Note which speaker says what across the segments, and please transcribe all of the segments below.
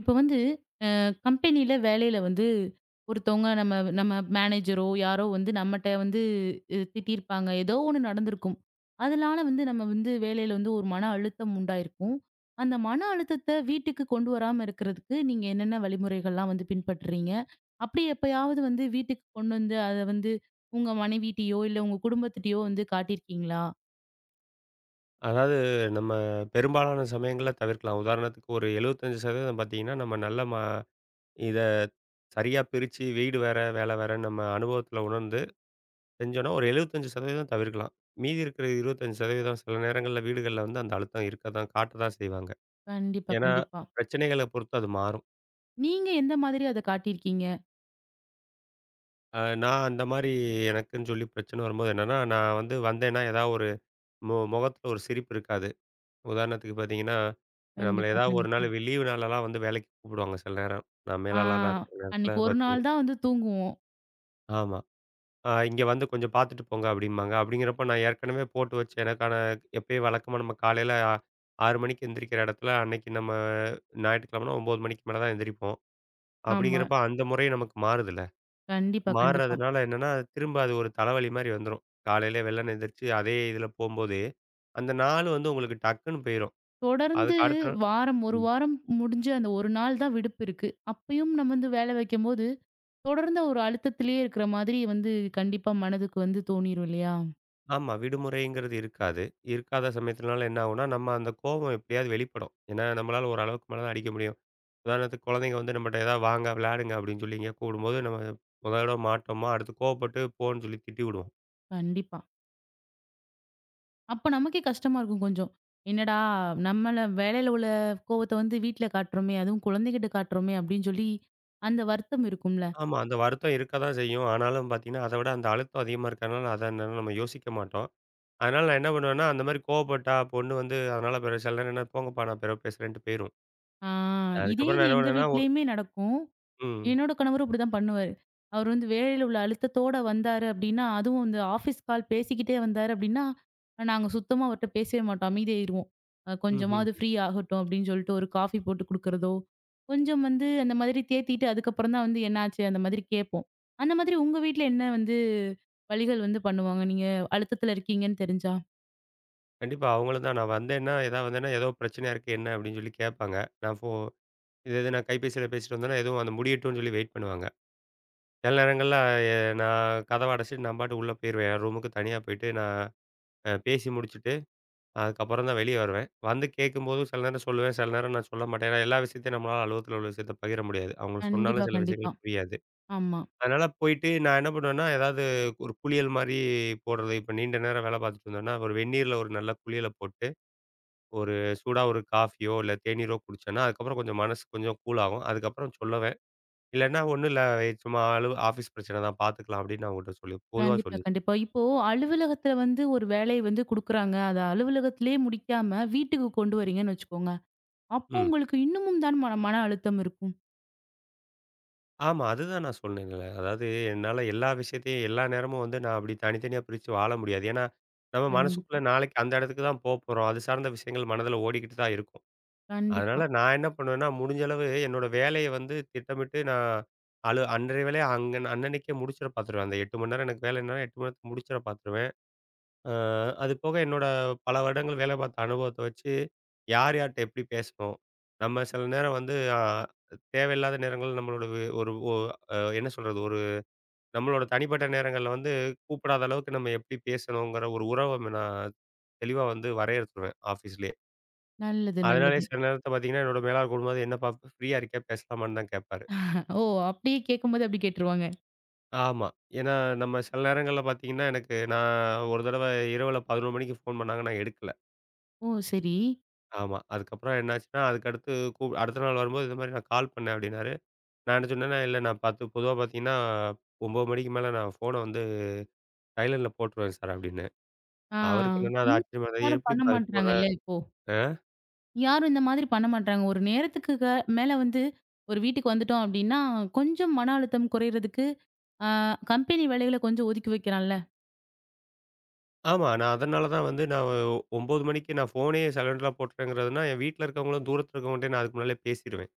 Speaker 1: இப்ப வந்து கம்பெனில வேலையில வந்து ஒருத்தவங்க நம்ம நம்ம மேனேஜரோ, யாரோ வந்து நம்மட்ட வந்து திட்டியிருப்பாங்க. ஏதோ ஒண்ணு நடந்திருக்கும். அதனால வந்து நம்ம வந்து வேலையில வந்து ஒரு மன அழுத்தம் உண்டாயிருக்கும். அந்த மன அழுத்தத்த வீட்டுக்கு கொண்டு வராம இருக்கிறதுக்கு நீங்க என்னென்ன வழிமுறைகள்லாம் வந்து பின்பற்றுறீங்க? அப்படி எப்பயாவது வந்து வீட்டுக்கு கொண்டு வந்து அத வந்து உங்க மனைவிட்டயோ, இல்ல உங்க குடும்பத்திட்டயோ வந்து காட்டியிருக்கீங்களா?
Speaker 2: அதாவது நம்ம பெரும்பாலான சமயங்கள்ல தவிர்க்கலாம். உதாரணத்துக்கு ஒரு 75% பார்த்தீங்கன்னா, நம்ம நல்ல இத சரியா பிரிச்சு வீடு வேற, வேலை வேறன்னு நம்ம அனுபவத்துல உணர்ந்து செஞ்சோம்னா, ஒரு 75% தவிர்க்கலாம். மீதி இருக்கிற 25% சில நேரங்கள்ல வீடுகள்ல வந்து அந்த அழுத்தம் இருக்க தான், காட்ட தான் செய்வாங்க.
Speaker 1: கண்டிப்பா,
Speaker 2: ஏன்னா,
Speaker 1: கண்டிப்பா.
Speaker 2: பிரச்சனைகள பொறுத்து அது மாறும்.
Speaker 1: நீங்க எந்த மாதிரி அத காட்டியிருக்கீங்க?
Speaker 2: நான் அந்த மாரி எனக்குன்னு சொல்லி பிரச்சனை வரும்போது என்னன்னா, நான் வந்தேன்னா ஏதாவது ஒரு முகத்துல ஒரு சிரிப்பு இருக்காது. உதாரணத்துக்கு பார்த்தீங்கன்னா, நம்மள
Speaker 1: கண்டிப்பா,
Speaker 2: ஏதாவது ஒரு
Speaker 1: கண்டிப்பா.
Speaker 2: நாள் லீவு நாளெல்லாம் வந்து வேலைக்கு கூப்பிடுவாங்க சில நேரம். நான்
Speaker 1: ஆ.
Speaker 2: மேலாளரா இருக்கிற நேரத்தில
Speaker 1: அன்னைக்கு ஒரு
Speaker 2: பார்த்தீங்க
Speaker 1: நாள் தான் வந்து தூங்குவோம்.
Speaker 2: ஆமா. இங்க வந்து கொஞ்சம் பார்த்துட்டு போங்க அப்படிம்பாங்க. அப்படிங்கிறப்ப நான் ஏற்கனவே போட்டு வச்ச எனக்கான எப்பயும் வழக்கமா நம்ம காலையில 6 மணிக்கு எந்திரிக்கிற இடத்துல, அன்னைக்கு நம்ம ஞாயிற்றுக்கிழமைனா 9 மணிக்கு மேல தான் எந்திரிப்போம்.
Speaker 1: ஆமா.
Speaker 2: அப்படிங்கிறப்ப அந்த முறை நமக்கு மாறுதுல்ல.
Speaker 1: கண்டிப்பா, கண்டிப்பா.
Speaker 2: மாறுறதுனால என்னன்னா, திரும்ப அது ஒரு தலைவலி மாரி வந்துரும். காலையில வெள்ளன எந்திரிச்சு அதே இதில போம்போது, அந்த நாள் வந்து உங்களுக்கு டக்குன்னு போயிரும்.
Speaker 1: தொடர்ந்து
Speaker 2: அதுக்கு அடுத்த நாள்
Speaker 1: வாரம் 1
Speaker 2: ம்.
Speaker 1: வாரம் முடிஞ்சு அந்த 1 நாள் தான் விடுப்பு இருக்கு. அப்பயும் நம்ம வந்து வேலை வைக்கும்போது, தொடர்ந்த ஒரு அழுத்தத்திலேயே இருக்கிற மாதிரி வந்து கண்டிப்பா மனதுக்கு வந்து தோணிரும் இல்லையா?
Speaker 2: ஆமா. விடுமுறைங்கிறது இருக்காது. இருக்காத சமயத்தினால என்ன ஆகும்னா, நம்ம அந்த கோபம் எப்படியாவது வெளிப்படும். ஏன்னா, நம்மளால ஒரு அளவுக்கு மேல தான் அடிக்க முடியும். உதாரணத்துக்கு குழந்தைங்க வந்து நம்மட்ட ஏதாவது வாங்க விளையாடுங்க அப்படின்னு சொல்லி எங்கேயா கூப்பிடும்போது, நம்ம முதல் தடவ மாட்டோமா, அடுத்து கோவப்பட்டு போன்னு சொல்லி திட்டி விடுவோம்.
Speaker 1: கண்டிப்பா. அப்ப நமக்கே கஷ்டமா இருக்கும் கொஞ்சம். என்னடா நம்மள வேலையில உள்ள கோவத்த வந்து வீட்ல காட்டுறோமே, அதுவும் குழந்தைகிட்ட காட்டுறோமே அப்படின்னு சொல்லி அந்த வருத்தம் இருக்கும்ல.
Speaker 2: ஆமா. அந்த வருத்தம் இருக்க தான் செய்யும். ஆனாலும் பார்த்தீங்கன்னா, அதை விட அந்த அழுத்தம் அதிகமா இருக்கறனால அதை என்னன்னு நம்ம யோசிக்க மாட்டோம். அதனால நான் என்ன பண்ணுவேன்னா, அந்த மாதிரி கோவப்பட்டா பொண்ணு வந்து அதனால பிறகு சில நேரம் என்ன, "போங்கப்பா நான் பிறகு பேசுறேன்ட்டு" போயிரும்.
Speaker 1: ஆ இதே
Speaker 2: அதுக்கப்புறம்
Speaker 1: இது
Speaker 2: நான் என்ன
Speaker 1: எங்க
Speaker 2: பண்ணுவேன்னா,
Speaker 1: வீட்லயுமே நடக்கும்.
Speaker 2: ம்.
Speaker 1: என்னோட கணவரும் இப்படிதான் பண்ணுவாரு. அவரு வந்து வேலையில உள்ள அழுத்தத்தோட வந்தாரு அப்படின்னா, அதுவும் இந்த ஆஃபீஸ் கால் பேசிக்கிட்டே வந்தாரு அப்படின்னா, நாங்க சுத்தமா அவர்ட்ட பேசவே மாட்டோம். அமைதியாயிருவோம்.
Speaker 2: ம்ஹ்ம்.
Speaker 1: கொஞ்சமாவது ஃப்ரீ ஆகட்டும் அப்படின்னு சொல்லிட்டு ஒரு காஃபி போட்டு குடுக்குறதோ, கொஞ்சம் வந்து அந்த மாதிரி தேத்திட்டு அதுக்கப்புறம் தான் வந்து என்னாச்சு அந்த மாதிரி கேட்போம். அந்த மாதிரி உங்க வீட்ல என்ன வந்து வழிகள் வந்து பண்ணுவாங்க? நீங்க அழுத்தத்துல இருக்கீங்கன்னு தெரிஞ்சா?
Speaker 2: கண்டிப்பா. அவங்களும் தான் நான் வந்தேன்னா, ஏதோ பிரச்சனையா இருக்கு என்ன அப்படின்னு சொல்லி கேட்பாங்க. நான் ஃபோ இது இது நான் கைபேசியில பேசிட்டு வந்தேன்னா, எதுவும் அந்த முடியட்டும்னு சொல்லி வெயிட் பண்ணுவாங்க. சில நேரங்கள்ல எ நான் கதவ அடைச்சிட்டு நான் பாட்டுக்கு உள்ள போயிருவேன். என் ரூமுக்கு தனியா போயிட்டு நான் பேசி முடிச்சுட்டு, அதுக்கப்புறம் தான் வெளிய வருவேன். வந்து கேட்கும்போது சில நேரம் சொல்லுவேன், சில நேரம் நான் சொல்ல மாட்டேன். ஏன்னா, எல்லா விஷயத்தையும் நம்மளால அலுவலகத்தில உள்ள விஷயத்த பகிர முடியாது. அவங்களுக்கு
Speaker 1: கண்டிப்பா,
Speaker 2: சொன்னாலும் சில
Speaker 1: கண்டிப்பா.
Speaker 2: விஷயங்கள் புரியாது.
Speaker 1: ஆமா.
Speaker 2: அதனால போயிட்டு நான் என்ன பண்ணுவேன்னா, ஏதாவது ஒரு குளியல் மாரி போடுறது. இப்ப நீண்ட நேரம் வேலை பார்த்துட்டு இருந்தோம்னா, ஒரு வெந்நீர்ல ஒரு நல்ல குளியல போட்டு ஒரு சூடா ஒரு காஃபியோ, இல்ல தேநீரோ குடிச்சேன்னா, அதுக்கப்புறம் கொஞ்சம் மனசு கொஞ்சம் கூல் ஆகும். அதுக்கப்புறம் சொல்லுவேன். இல்லன்னா ஒண்ணும் இல்ல சும்மா ஆஃபீஸ் பிரச்சனை தான் பார்த்துக்கலாம் அப்படின்னு நான் அவங்ககிட்ட சொல்லி பொதுவா
Speaker 1: கண்டிப்பா,
Speaker 2: சொல்லிருவேன்.
Speaker 1: கண்டிப்பா. இப்போ அலுவலகத்துல வந்து ஒரு வேலைய வந்து குடுக்குறாங்க. அத அலுவலகத்திலேயே முடிக்காம வீட்டுக்கு கொண்டு வரீங்கன்னு வச்சுக்கோங்க. அப்போ
Speaker 2: ம்.
Speaker 1: உங்களுக்கு இன்னமும் தான் மன மன அழுத்தம் இருக்கும்.
Speaker 2: ஆமா. அதுதான் நான் சொன்னேன்ல. அதாவது என்னால எல்லா விஷயத்தையும் எல்லா நேரமும் வந்து நான் அப்படி தனித்தனியா பிரிச்சு வாழ முடியாது. ஏன்னா, நம்ம மனசுக்குள்ள
Speaker 1: கண்டிப்பா,
Speaker 2: நாளைக்கு அந்த இடத்துக்கு தான் போப்போறோம். அது சார்ந்த விஷயங்கள் மனதில ஓடிக்கிட்டு தான் இருக்கும்.
Speaker 1: கண்டிப்பா.
Speaker 2: அதனால நான் என்ன பண்ணுவேன்னா, முடிஞ்ச அளவு என்னோட வேலைய வந்து திட்டமிட்டு நான் அன்றைய வேலைய அங்க அன்னன்னைக்கே முடிச்சிட பார்த்துருவேன். அந்த 8 மணி நேரம் எனக்கு வேலைன்னா 8 மணி நேரத்துல முடிச்சிட பார்த்துருவேன். அ அது போக என்னோட பல வருடங்கள் வேலை பார்த்த அனுபவத்த வச்சு, யார் யார்ட்ட எப்படி பேசணும்? நம்ம சில நேரம் வந்து தேவையில்லாத நேரங்கள்ல நம்மளோட வே ஒரு ஒ அ என்ன சொல்றது? ஒரு நம்மளோட தனிப்பட்ட நேரங்கள்ல வந்து கூப்பிடாத அளவுக்கு நம்ம எப்படி பேசணுங்கிற ஒரு உறவ நான் தெளிவா வந்து வரையறுத்துருவேன் ஆஃபீஸ்லயே.
Speaker 1: நல்லது,
Speaker 2: அதனாலயே
Speaker 1: நல்லது.
Speaker 2: சில நேரத்துல பார்த்தீங்கன்னா, என்னோட மேலாளர் கூப்பிடும்போது, "என்னப்பா ஃப்ரீயா இருக்கியா? பேசலாமான்னு" தான் கேட்பாரு.
Speaker 1: ஓ! அப்படியே கேட்கும்போது அப்படி கேட்டுருவாங்க.
Speaker 2: ஆமா. ஏன்னா நம்ம சில நேரங்கள்ல பார்த்தீங்கன்னா, எனக்கு நான் ஒரு தடவ இரவுல 11 மணிக்கு ஃபோன் பண்ணாங்க. நான் எடுக்கல.
Speaker 1: ஓ! சரி.
Speaker 2: ஆமா. அதுக்கப்புறம் என்னாச்சுன்னா, அதுக்கடுத்து கூ அடுத்த நாள் வரும்போது இந்த மாரி நான் கால் பண்ணேன் அப்டின்னாரு. நான் என்ன சொன்னேன்னா, "இல்ல நான் பத்து பொதுவா பார்த்தீங்கன்னா, 9 மணிக்கு மேல நான் ஃபோன வந்து சைலன்ட்ல போட்டுருவேன் சார்" அப்டின்னேன்.
Speaker 1: ஆ
Speaker 2: அவருக்கு என்னன்னா அது
Speaker 1: இன்னும்
Speaker 2: ஆச்சரியமா இருந்தது.
Speaker 1: யாரும் பண்ண
Speaker 2: "எப்படிப்பா இது போடுற?"
Speaker 1: மாட்றாங்கல்ல இப்போ.
Speaker 2: அ
Speaker 1: யாரும் இந்த மாதிரி பண்ண மாட்றாங்க. ஒரு நேரத்துக்கு மேல வந்து ஒரு வீட்டுக்கு வந்துட்டோம் அப்படின்னா, கொஞ்சம் மன அழுத்தம் குறையறதுக்கு, ஆ கம்பெனி வேலைகள கொஞ்சம் ஒதுக்கி வைக்கிறான்ல.
Speaker 2: ஆமா. நான் அதனால தான் வந்து நான் 9 மணிக்கு நான் ஃபோனே சைலன்ட்ல போட்டுறேங்கிறதுனா, என் வீட்ல இருக்கவங்களும் தூரத்தில இருக்கவங்கள்ட்டயும் நான் அதுக்கு முன்னாலே பேசிருவேன்.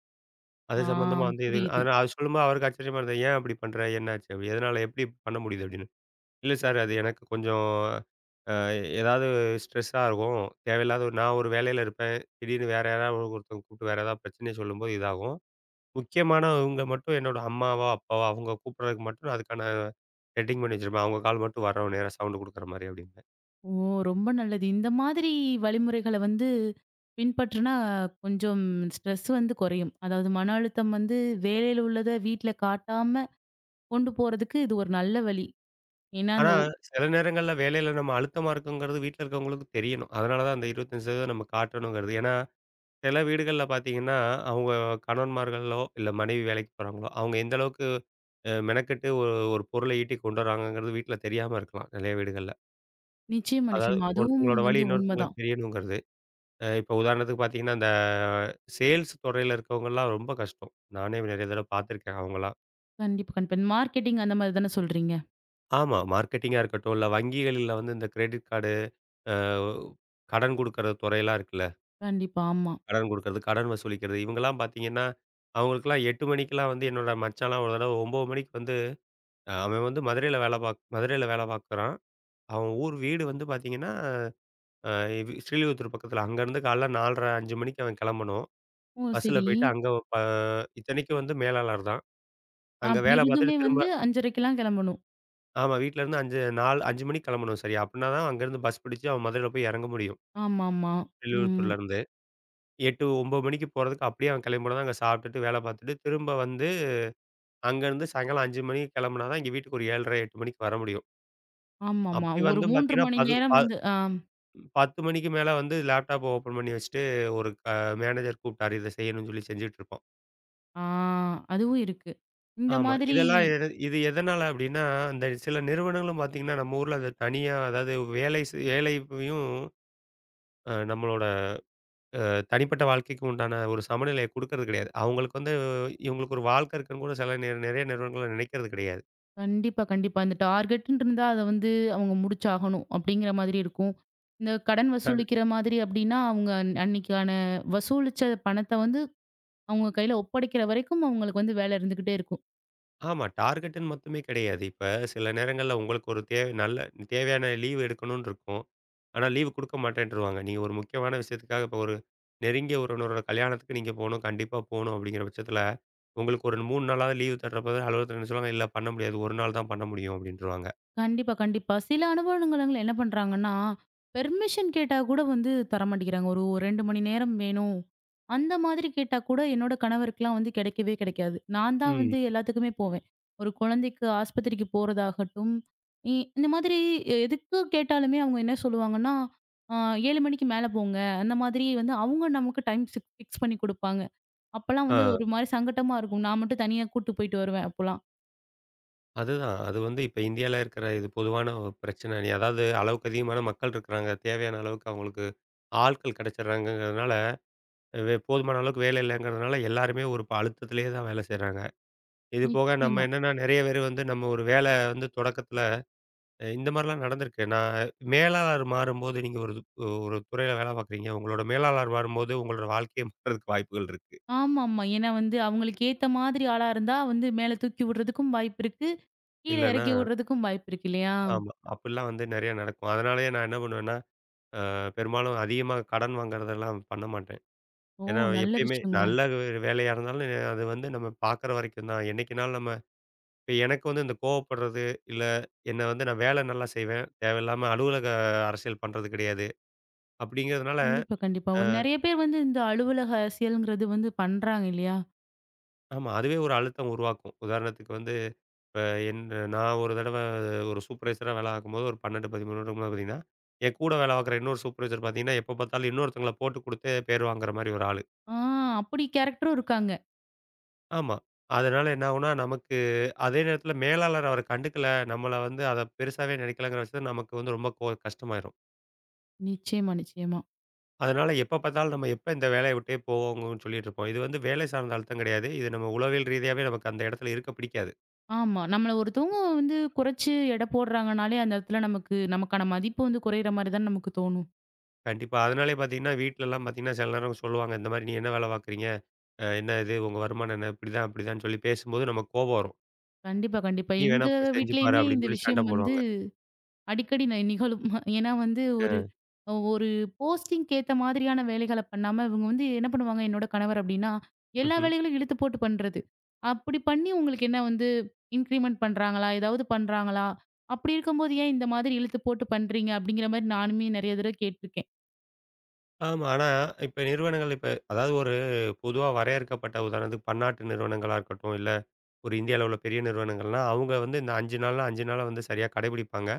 Speaker 2: அது
Speaker 1: ஆ
Speaker 2: சம்பந்தமா வந்து எது
Speaker 1: புரியுது.
Speaker 2: அதனால அது சொல்லும்போது அவருக்கு ஆச்சரியமா இருந்தது. "ஏன் அப்படி பண்ற? என்ன ஆச்சு?" அப்படி "எதனால? எப்படி இப்படி பண்ண முடியுது?" அப்டின்னாரு. இல்ல சார். அது எனக்கு கொஞ்சம் அ ஏதாவது ஸ்ட்ரெஸ்ஸா இருக்கும். தேவையில்லாத ஒரு- நான் ஒரு வேலையில இருப்பேன். திடீர்னு வேற யாராவது ஒருத்தவங்க கூப்பிட்டு வேற ஏதாவது பிரச்சனைய சொல்லும்போது இதாகும். முக்கியமானவங்க மட்டும் என்னோட அம்மாவோ, அப்பாவோ அவங்க கூப்பிடுறதுக்கு மட்டும் நான் அதுக்கான செட்டிங் பண்ணி வச்சிருப்பேன். அவங்க கால் மட்டும் வர்றோம் நேரா சவுண்ட் குடுக்குற மாரி அப்டிம்பேன்.
Speaker 1: ஓ! ரொம்ப நல்லது. இந்த மாதிரி வழிமுறைகள வந்து பின்பற்றுனா, கொஞ்சம் ஸ்ட்ரெஸ் வந்து குறையும். அதாவது மன அழுத்தம் வந்து வேலையில உள்ளத வீட்ல காட்டாம கொண்டு போறதுக்கு இது ஒரு நல்ல வழி. ஏன்னா,
Speaker 2: ஆனா
Speaker 1: அந்த
Speaker 2: சில நேரங்கள்ல வேலையில நம்ம அழுத்தமா இருக்கோங்கிறது வீட்ல இருக்கவங்களுக்கு தெரியணும். அதனால தான் அந்த 25% நம்ம காட்டணுங்கிறது. ஏன்னா சில வீடுகள்ல பார்த்தீங்கன்னா, அவங்க கணவன்மார்களோ, இல்ல மனைவி வேலைக்கு போறாங்களோ, அவங்க எந்த அளவுக்கு மெனக்கெட்டு ஒரு ஒரு பொருள ஈட்டி கொண்டு வராங்கங்கிறது வீட்ல தெரியாம இருக்கலாம், நெறைய வீடுகள்ல.
Speaker 1: நிச்சயமா,
Speaker 2: அதாவது
Speaker 1: நிச்சயமா. அதுவும்
Speaker 2: ஒருத்தங்களோட வழி
Speaker 1: வந்து உண்மதான்.
Speaker 2: இன்னொருத்தங்களுக்கு தெரியணுங்கிறது. இப்ப உதாரணத்துக்கு பார்த்தீங்கன்னா, இந்த சேல்ஸ் துறையில இருக்கவங்கலாம் ரொம்ப கஷ்டம். நானே நெறைய தடவ பார்த்துருக்கேன் அவங்கலாம்.
Speaker 1: கண்டிப்பா, கண்டிப்பா. இந்த மார்க்கெட்டிங் அந்த மாதிரி தானே சொல்றீங்க?
Speaker 2: ஆமா. மார்க்கெட்டிங்கா இருக்கட்டும், இல்ல வங்கிகளில வந்து இந்த கிரெடிட் கார்டு, அ கடன் குடுக்குற துறையெல்லாம் இருக்குல்ல.
Speaker 1: கண்டிப்பா, ஆமா.
Speaker 2: கடன் குடுக்குறது, கடன் வசூலிக்கிறது இவங்கலாம் பார்த்தீங்கன்னா, அவங்களுக்கெல்லாம் 8 மணிக்கெல்லாம் வந்து என்னோட மச்சான்லாம் ஒரு தடவ 9 மணிக்கு வந்து அவன் வந்து மதுரையில வேல பார்க்குறான். அவன் ஊர் வீடு வந்து பார்த்தீங்கன்னா அ இது ஸ்ரீவில்லிபுத்தூர் பக்கத்தில. அங்கேருந்து காலைல 4:30 5 மணிக்கு அவன் கெளம்பணும்.
Speaker 1: ஓ!
Speaker 2: பஸ்ஸில
Speaker 1: சரி.
Speaker 2: போயிட்டு அங்க ப இத்தனைக்கும் வந்து மேலாளர் தான். அங்க
Speaker 1: அப்படி
Speaker 2: வேலை
Speaker 1: இருந்துமே
Speaker 2: பார்த்துட்டு திரும்ப
Speaker 1: வந்து 5:30க்கெல்லாம் கிளம்பணும்.
Speaker 2: ஆமா வீட்லருந்து 5 மணிக்கு கெளம்பணும் சரியா. அப்டின்னா தான் அங்கேருந்து பஸ் பிடிச்சு அவன் மதுரையில போய் எறங்க முடியும்.
Speaker 1: ஆமாமா. ம்.
Speaker 2: ஸ்ரீவில்லிபுத்தூர்லேருந்து. 8 9 மணிக்கு போறதுக்கு அப்டியே அவன் கெளம்பினா தான் அங்க சாப்பிட்டுட்டு வேலை பார்த்துட்டு, திரும்ப வந்து அங்கேருந்து சாயங்காலம் 5 மணிக்கு கெளம்புனா தான் இங்க வீட்டுக்கு ஒரு 7:30 8 மணிக்கு வர முடியும்.
Speaker 1: ஆமாமா.
Speaker 2: அப்டி
Speaker 1: ஒரு
Speaker 2: வந்து
Speaker 1: 3
Speaker 2: பார்த்தீங்கன்னா,
Speaker 1: மணி
Speaker 2: பது ப
Speaker 1: நேரம் வந்து ஆ,
Speaker 2: 10 மணிக்கு மேல வந்து லேப்டாப்ப ஓப்பன் பண்ணி வச்சுட்டு ஒரு க மேனேஜர் கூப்ட்டாரு இத செய்யணும்னு சொல்லி செஞ்சுட்டு இருப்போம்.
Speaker 1: ஆ. அதுவும் இருக்கு. இந்த
Speaker 2: ஆமா.
Speaker 1: மாதிரி
Speaker 2: இதெல்லாம் எது இது எதனால அப்டின்னா, அந்த சில நிறுவனங்களும் பார்த்தீங்கன்னா, நம்ம ஊர்ல அத தனியா அதாவது வேலையும் நம்மளோட தனிப்பட்ட வாழ்க்கைக்கு உண்டான ஒரு சமநிலைய குடுக்கறது கிடையாது. அவங்களுக்கு வந்து இவங்களுக்கு ஒரு வாழ்க்கை இருக்குன்னு கூட சில நெறைய நிறுவனங்கள்ல நினைக்கிறது கிடையாது.
Speaker 1: கண்டிப்பா, கண்டிப்பா. இந்த டார்கெட்ன்னு இருந்தா அத வந்து அவங்க முடிச்சாகணும் அப்படிங்கிற மாதிரி இருக்கும். இந்த கடன் வசூலிக்கிற மாதிரி அப்படின்னா, அவங்க அன்னைக்கான வசூலிச்ச பணத்த வந்து அவங்க கையில ஒப்படைக்கிற வரைக்கும் அவங்களுக்கு வந்து வேலை இருந்துகிட்டே இருக்கும்.
Speaker 2: ஆமா. டார்கெட்டுன்னு மட்டுமே கிடையாது. இப்ப சில நேரங்கள்ல உங்களுக்கு ஒரு தேவை நல்ல தேவையான லீவ் எடுக்கணும்னு இருக்கும். ஆனா லீவ் குடுக்க மாட்டேன்ருவாங்க. நீங்க ஒரு முக்கியமான விஷயத்துக்காக இப்ப ஒரு நெருங்கிய உறவினரோட கல்யாணத்துக்கு நீங்க போணும், கண்டிப்பா போணும் அப்படிங்கிற பட்சத்துல, உங்களுக்கு ஒரு 3 நாளாவது லீவு தர்றப்ப தான் அலுவலகத்துல என்ன சொல்லுவாங்க, "இல்ல பண்ண முடியாது. 1 நாள் தான் பண்ண முடியும்" அப்படின்ருவாங்க.
Speaker 1: கண்டிப்பா, கண்டிப்பா. சில அனுபவங்களங்கள் என்ன பண்றாங்கன்னா, பெர்மிஷன் கேட்டா கூட வந்து தரமாட்டேங்கிறாங்க. ஒரு 2 மணி நேரம் வேணும். அந்த மாதிரி கேட்டா கூட என்னோட கணவருக்குலாம் வந்து கிடைக்கவே கிடைக்காது. நான் தான்
Speaker 2: ம்.
Speaker 1: வந்து எல்லாத்துக்குமே போவேன். ஒரு குழந்தைக்கு ஆஸ்பத்திரிக்கு போறதாகட்டும், இந்த மாதிரி எதுக்கு கேட்டாலுமே அவங்க என்ன சொல்லுவாங்கன்னா, அ 7 மணிக்கு மேல போங்க. அந்த மாதிரி வந்து அவங்க நமக்கு டைம் சிக் ஃபிக்ஸ் பண்ணி குடுப்பாங்க. அப்பலாம் வந்து
Speaker 2: ஆ
Speaker 1: ஒரு மாரி சங்கட்டமா இருக்கும். நான் மட்டும் தனியா கூட்டு போயிட்டு வருவேன் அப்போலாம்.
Speaker 2: அதுதான். அது வந்து இப்ப இந்தியால இருக்கிற இது பொதுவான ஒரு பிரச்சனை. நீ அதாவது அளவுக்கு அதிகமான மக்கள் இருக்கிறாங்க. தேவையான அளவுக்கு அவங்களுக்கு ஆட்கள் கிடைச்சிடுறாங்கங்கிறதுனால போதுமான அளவுக்கு வேலை இல்லங்கிறதுனால எல்லாருமே ஒரு அழுத்தத்திலேயே தான் வேலை செய்றாங்க. இது போக நம்ம
Speaker 1: நிச்சயமா.
Speaker 2: என்னன்னா நெறைய பேரு வந்து நம்ம ஒரு வேலை வந்து தொடக்கத்தில இந்த மாரிலாம் நடந்திருக்கு. நான் மேலாளர் மாறும்போது நீங்க ஒரு துறையில வேலை பார்க்குறீங்க. உங்களோட மேலாளர் மாறும்போது உங்களோட வாழ்க்கையே மாறுறதுக்கு வாய்ப்புகள் இருக்கு.
Speaker 1: ஆமாமா. ஏன்னா வந்து அவங்களுக்கு ஏத்த மாதிரி ஆளா இருந்தா வந்து மேல தூக்கி விடுறதுக்கும் வாய்ப்பு இருக்கு. கீழ
Speaker 2: இல்லன்னா
Speaker 1: இறக்கி விடுறதுக்கும் வாய்ப்பு இருக்கு இல்லையா?
Speaker 2: ஆமா. அப்டிலாம் வந்து நெறைய நடக்கும். அதனாலேயே நான் என்ன பண்ணுவேன்னா, அ பெரும்பாலும் அதிகமா கடன் வாங்குறதெல்லாம் பண்ண மாட்டேன்.
Speaker 1: ஓ!
Speaker 2: ஏன்னா
Speaker 1: நல்ல
Speaker 2: எப்பயுமே
Speaker 1: விஷயங்க.
Speaker 2: வேலையா இருந்தாலும் அது வந்து நம்ம பார்க்குற வரைக்கும் தான். என்னைக்குனாலும் நம்ம இப்ப எனக்கு வந்து இந்த கோவப்படுறது, இல்ல என்ன வந்து நான் வேலை நல்லா செய்வேன். தேவையில்லாம அலுவலக அரசியல் பண்றது கிடையாது. அப்படிங்கிறதுனால
Speaker 1: கண்டிப்பா, கண்டிப்பா.
Speaker 2: அ
Speaker 1: ஒரு நெறைய பேர் வந்து இந்த அலுவலக அரசியல்ங்கிறது வந்து பண்றாங்க இல்லையா?
Speaker 2: ஆமா. அதுவே ஒரு அழுத்தம் உருவாக்கும். உதாரணத்துக்கு வந்து இப்ப என் நான் ஒரு தடவ ஒரு சூப்பர்வைசரா வேலை பார்க்கும்போது ஒரு 12, 13 வருடங்களா பார்த்தீங்கன்னா, என் கூட வேலை பார்க்குற இன்னொரு சூப்பர்வைசர் பார்த்தீங்கன்னா, எப்ப பார்த்தாலும் இன்னொருத்தங்கள போட்டு குடுத்து பேர் வாங்குற மாரி ஒரு ஆளு.
Speaker 1: ஆ அப்படி கேரக்டரும் இருக்காங்க.
Speaker 2: ஆமா. அதனால என்ன ஆகும்னா, நமக்கு அதே நேரத்தில மேலாளர் அவர கண்டுக்கல, நம்மள வந்து அத பெருசாவே நினைக்கலங்கிற பட்சத்தில நமக்கு வந்து ரொம்ப கஷ்டமாயிரும்.
Speaker 1: நிச்சயமா, நிச்சயமா.
Speaker 2: அதனால எப்ப பார்த்தாலும் நம்ம எப்ப இந்த வேலைய விட்டே போவோங்கன்னு சொல்லிட்டு இருப்போம். இது வந்து வேலை சார்ந்த அழுத்தம் கிடையாது. இது நம்ம உளவியல் ரீதியாவே நமக்கு அந்த இடத்துல இருக்க பிடிக்காது.
Speaker 1: ஆமா. நம்மள ஒருத்தவங்க வந்து குறைச்சு எடை போடுறாங்கனாலே, அந்த இடத்துல நமக்கு நமக்கான மதிப்பு வந்து குறையிற மாரி தானே நமக்கு தோணும்.
Speaker 2: கண்டிப்பா. அதனாலேயே பார்த்தீங்கன்னா, வீட்லலாம் பார்த்தீங்கன்னா, சில நேரம் சொல்லுவாங்க, இந்த மாரி "நீ என்ன வேலை பார்க்குறீங்க? என்ன இது உங்க வருமானம் என்ன? இப்படிதான் அப்படிதான்னு" சொல்லி பேசும்போது நமக்கு கோபம் வரும்.
Speaker 1: கண்டிப்பா, கண்டிப்பா.
Speaker 2: "நீ வேணா
Speaker 1: எங்க
Speaker 2: போய் செஞ்சு பாரு"
Speaker 1: வீட்லயுமே
Speaker 2: அப்படின்னு
Speaker 1: இந்த
Speaker 2: சொல்லி சண்டை
Speaker 1: விஷயம் வந்து
Speaker 2: போடுவாங்க.
Speaker 1: அடிக்கடி நிகழும். ஏன்னா வந்து
Speaker 2: அ
Speaker 1: ஒரு போஸ்டிங்க்கு ஏத்த மாதிரியான வேலைகள பண்ணாம, இவங்க வந்து என்ன பண்ணுவாங்க என்னோட கணவர் அப்டின்னா, எல்லா
Speaker 2: ம்ஹ்ம்.
Speaker 1: வேலைகளையும் இழுத்து போட்டு பண்றது. அப்படி பண்ணி உங்களுக்கு என்ன வந்து இன்கிரிமெண்ட் பண்றாங்களா? ஏதாவது பண்றாங்களா? அப்படி இருக்கும்போது ஏன் இந்த மாதிரி இழுத்து போட்டு பண்றீங்க? அப்படிங்கிற மாரி நானுமே நெறைய தடவ கேட்டுருக்கேன்.
Speaker 2: ஆமா. ஆனா இப்ப நிறுவனங்கள் இப்ப அதாவது ஒரு பொதுவா வரையறுக்கப்பட்ட உதாரணத்துக்கு பன்னாட்டு நிறுவனங்களா இருக்கட்டும், இல்ல ஒரு இந்திய அளவுல பெரிய நிறுவனங்கள்லாம், அவங்க வந்து இந்த 5 நாள்னா 5 நாள வந்து சரியா கடைபிடிப்பாங்க.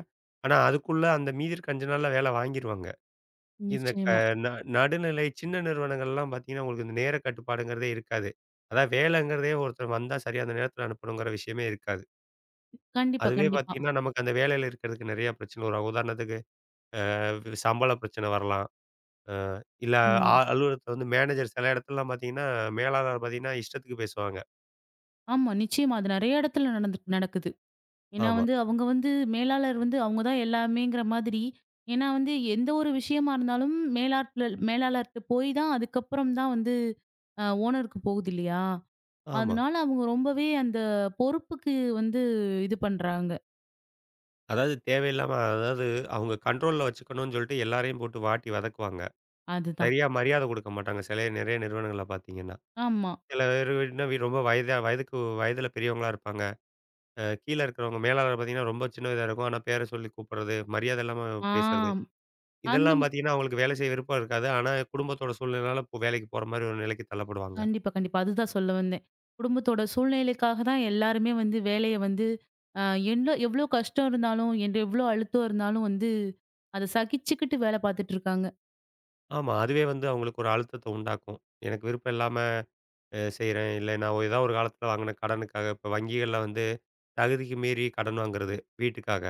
Speaker 2: ஆனா, அதுக்குள்ள அந்த மீதி இருக்க 5 நாள்ல வேலை வாங்கிருவாங்க. இந்த க
Speaker 1: நிச்சயமா.
Speaker 2: ந நடுநிலை சின்ன நிறுவனங்கள்லாம் பார்த்தீங்கன்னா, உங்களுக்கு இந்த நேர கட்டுப்பாடுங்கிறதே இருக்காது. அதான் வேலைங்கிறதே ஒருத்தர் வந்தா சரியா அந்த நேரத்தில அனுப்பணுங்கிற விஷயமே இருக்காது.
Speaker 1: கண்டிப்பா,
Speaker 2: அதுவே
Speaker 1: கண்டிப்பா.
Speaker 2: பார்த்தீங்கன்னா, நமக்கு அந்த வேலையில இருக்கிறதுக்கு நெறைய பிரச்சனை வரும். உதாரணத்துக்கு அ சம்பள பிரச்சனை வரலாம். அ இல்ல
Speaker 1: ஆமா.
Speaker 2: அ அலுவலகத்தில வந்து மேனேஜர் சில இடத்துலலாம் பார்த்தீங்கன்னா, மேலாளர் பார்த்தீங்கன்னா, இஷ்டத்துக்கு பேசுவாங்க.
Speaker 1: ஆமா. நிச்சயமா. அது நெறைய இடத்துல நடந்து நடக்குது. ஏன்னா
Speaker 2: ஆமா,
Speaker 1: வந்து அவங்க வந்து மேலாளர் வந்து அவங்க தான் எல்லாமேங்கிற மாதிரி. ஏன்னா வந்து எந்த ஒரு விஷயமா இருந்தாலும் மேலாட்ல மேலாளர்ட்ட போய் தான் அதுக்கப்புறம் தான் வந்து ஓனருக்கு போகுது இல்லையா?
Speaker 2: ஆமா.
Speaker 1: அதனால அவங்க ரொம்பவே அந்த பொறுப்புக்கு வந்து இது பண்றாங்க.
Speaker 2: அதாவது தேவையில்லாம அதாவது அவங்க கண்ட்ரோல்ல வச்சுக்கணும்னு சொல்லிட்டு எல்லாரையும் போட்டு வாட்டி வதக்குவாங்க.
Speaker 1: அதுதான்.
Speaker 2: சரியா மரியாதை குடுக்க மாட்டாங்க. சில நெறைய நிறுவனங்கள்ல பார்த்தீங்கன்னா.
Speaker 1: ஆமா.
Speaker 2: சில பேரு இன்னும் ரொம்ப வயதா வயதுக்கு வயதில பெரியவங்களா இருப்பாங்க. கீழ இருக்கிறவங்க மேலாளர் பார்த்தீங்கன்னா, ரொம்ப சின்னதா இருக்கும். ஆனா பேர சொல்லி கூப்பிடுறது, மரியாதை இல்லாம
Speaker 1: ஆ
Speaker 2: பேசுறது.
Speaker 1: அந்த
Speaker 2: இதெல்லாம் பார்த்தீங்கன்னா, அவங்களுக்கு வேலை செய்ய விருப்பம் இருக்காது. ஆனா குடும்பத்தோட சூழ்நிலைனால இப்போ வேலைக்கு போற மாரி ஒரு நிலைக்கு தள்ளப்படுவாங்க.
Speaker 1: கண்டிப்பா, கண்டிப்பா. அதுதான் சொல்ல வந்தேன். குடும்பத்தோட சூழ்நிலைக்காக தான் எல்லாருமே வந்து வேலைய வந்து அ என்ன எவ்ளோ கஷ்டம் இருந்தாலும், எந்த எவ்ளோ அழுத்தம் இருந்தாலும் வந்து அத சகிச்சுக்கிட்டு வேலை பார்த்துட்டு இருக்காங்க.
Speaker 2: ஆமா, அதுவே வந்து அவங்களுக்கு ஒரு அழுத்தத்த உண்டாக்கும். எனக்கு விருப்பம் இல்லாம செய்றேன். இல்ல நான் ஏதோ ஒரு காலத்தில வாங்கின கடனுக்காக இப்ப வங்கிகள்ல வந்து தகுதிக்கு மீறி கடன் வாங்குறது, வீட்டுக்காக.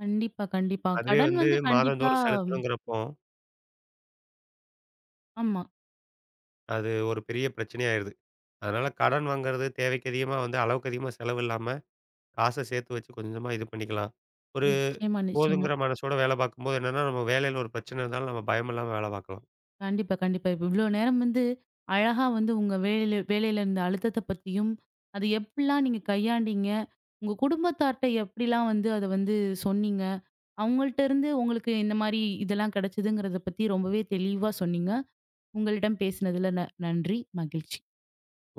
Speaker 1: கண்டிப்பா, கண்டிப்பா.
Speaker 2: அதுவே
Speaker 1: கடன்
Speaker 2: வந்து
Speaker 1: வந்து கண்டிப்பா
Speaker 2: மாதந்தோறும் செலுத்தணுங்கிறப்போ
Speaker 1: ஆமா.
Speaker 2: அது ஒரு பெரிய பிரச்சனையா ஆயிருது. அதனால கடன் வாங்குறது தேவைக்கு அதிகமா வந்து அளவுக்கு அதிகமா செலவு இல்லாம, காச சேர்த்து வச்சு கொஞ்சமா இது பண்ணிக்கலாம். ஒரு
Speaker 1: நிச்சயமா, நிச்சயமா.
Speaker 2: போதுங்கிற மனசோட வேலை பார்க்கும்போது என்னன்னா, நம்ம வேலையில ஒரு பிரச்சனை இருந்தாலும் நம்ம பயமில்லாம வேலை பார்க்கலாம்.
Speaker 1: கண்டிப்பா, கண்டிப்பா. இப்ப இவ்ளோ நேரம் வந்து அழகா வந்து உங்க வேலையில இருந்த அழுத்தத்த பத்தியும், அது எப்படிலாம் நீங்க கையாண்டீங்க? உங்க குடும்பத்தார்ட்ட எப்படிலாம் வந்து அத வந்து சொன்னீங்க? அவங்கள்ட்ட இருந்து உங்களுக்கு இந்த மாரி இதெல்லாம் கிடைச்சதுங்கிறத பத்தி ரொம்பவே தெளிவா சொன்னீங்க. உங்களிடம் பேசினதுல நன்றி. மகிழ்ச்சி.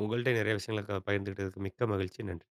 Speaker 2: உங்கள்ட்ட நிறைய விஷயங்கள பகிர்ந்துக்கிட்டதுக்கு மிக்க மகிழ்ச்சி. நன்றி.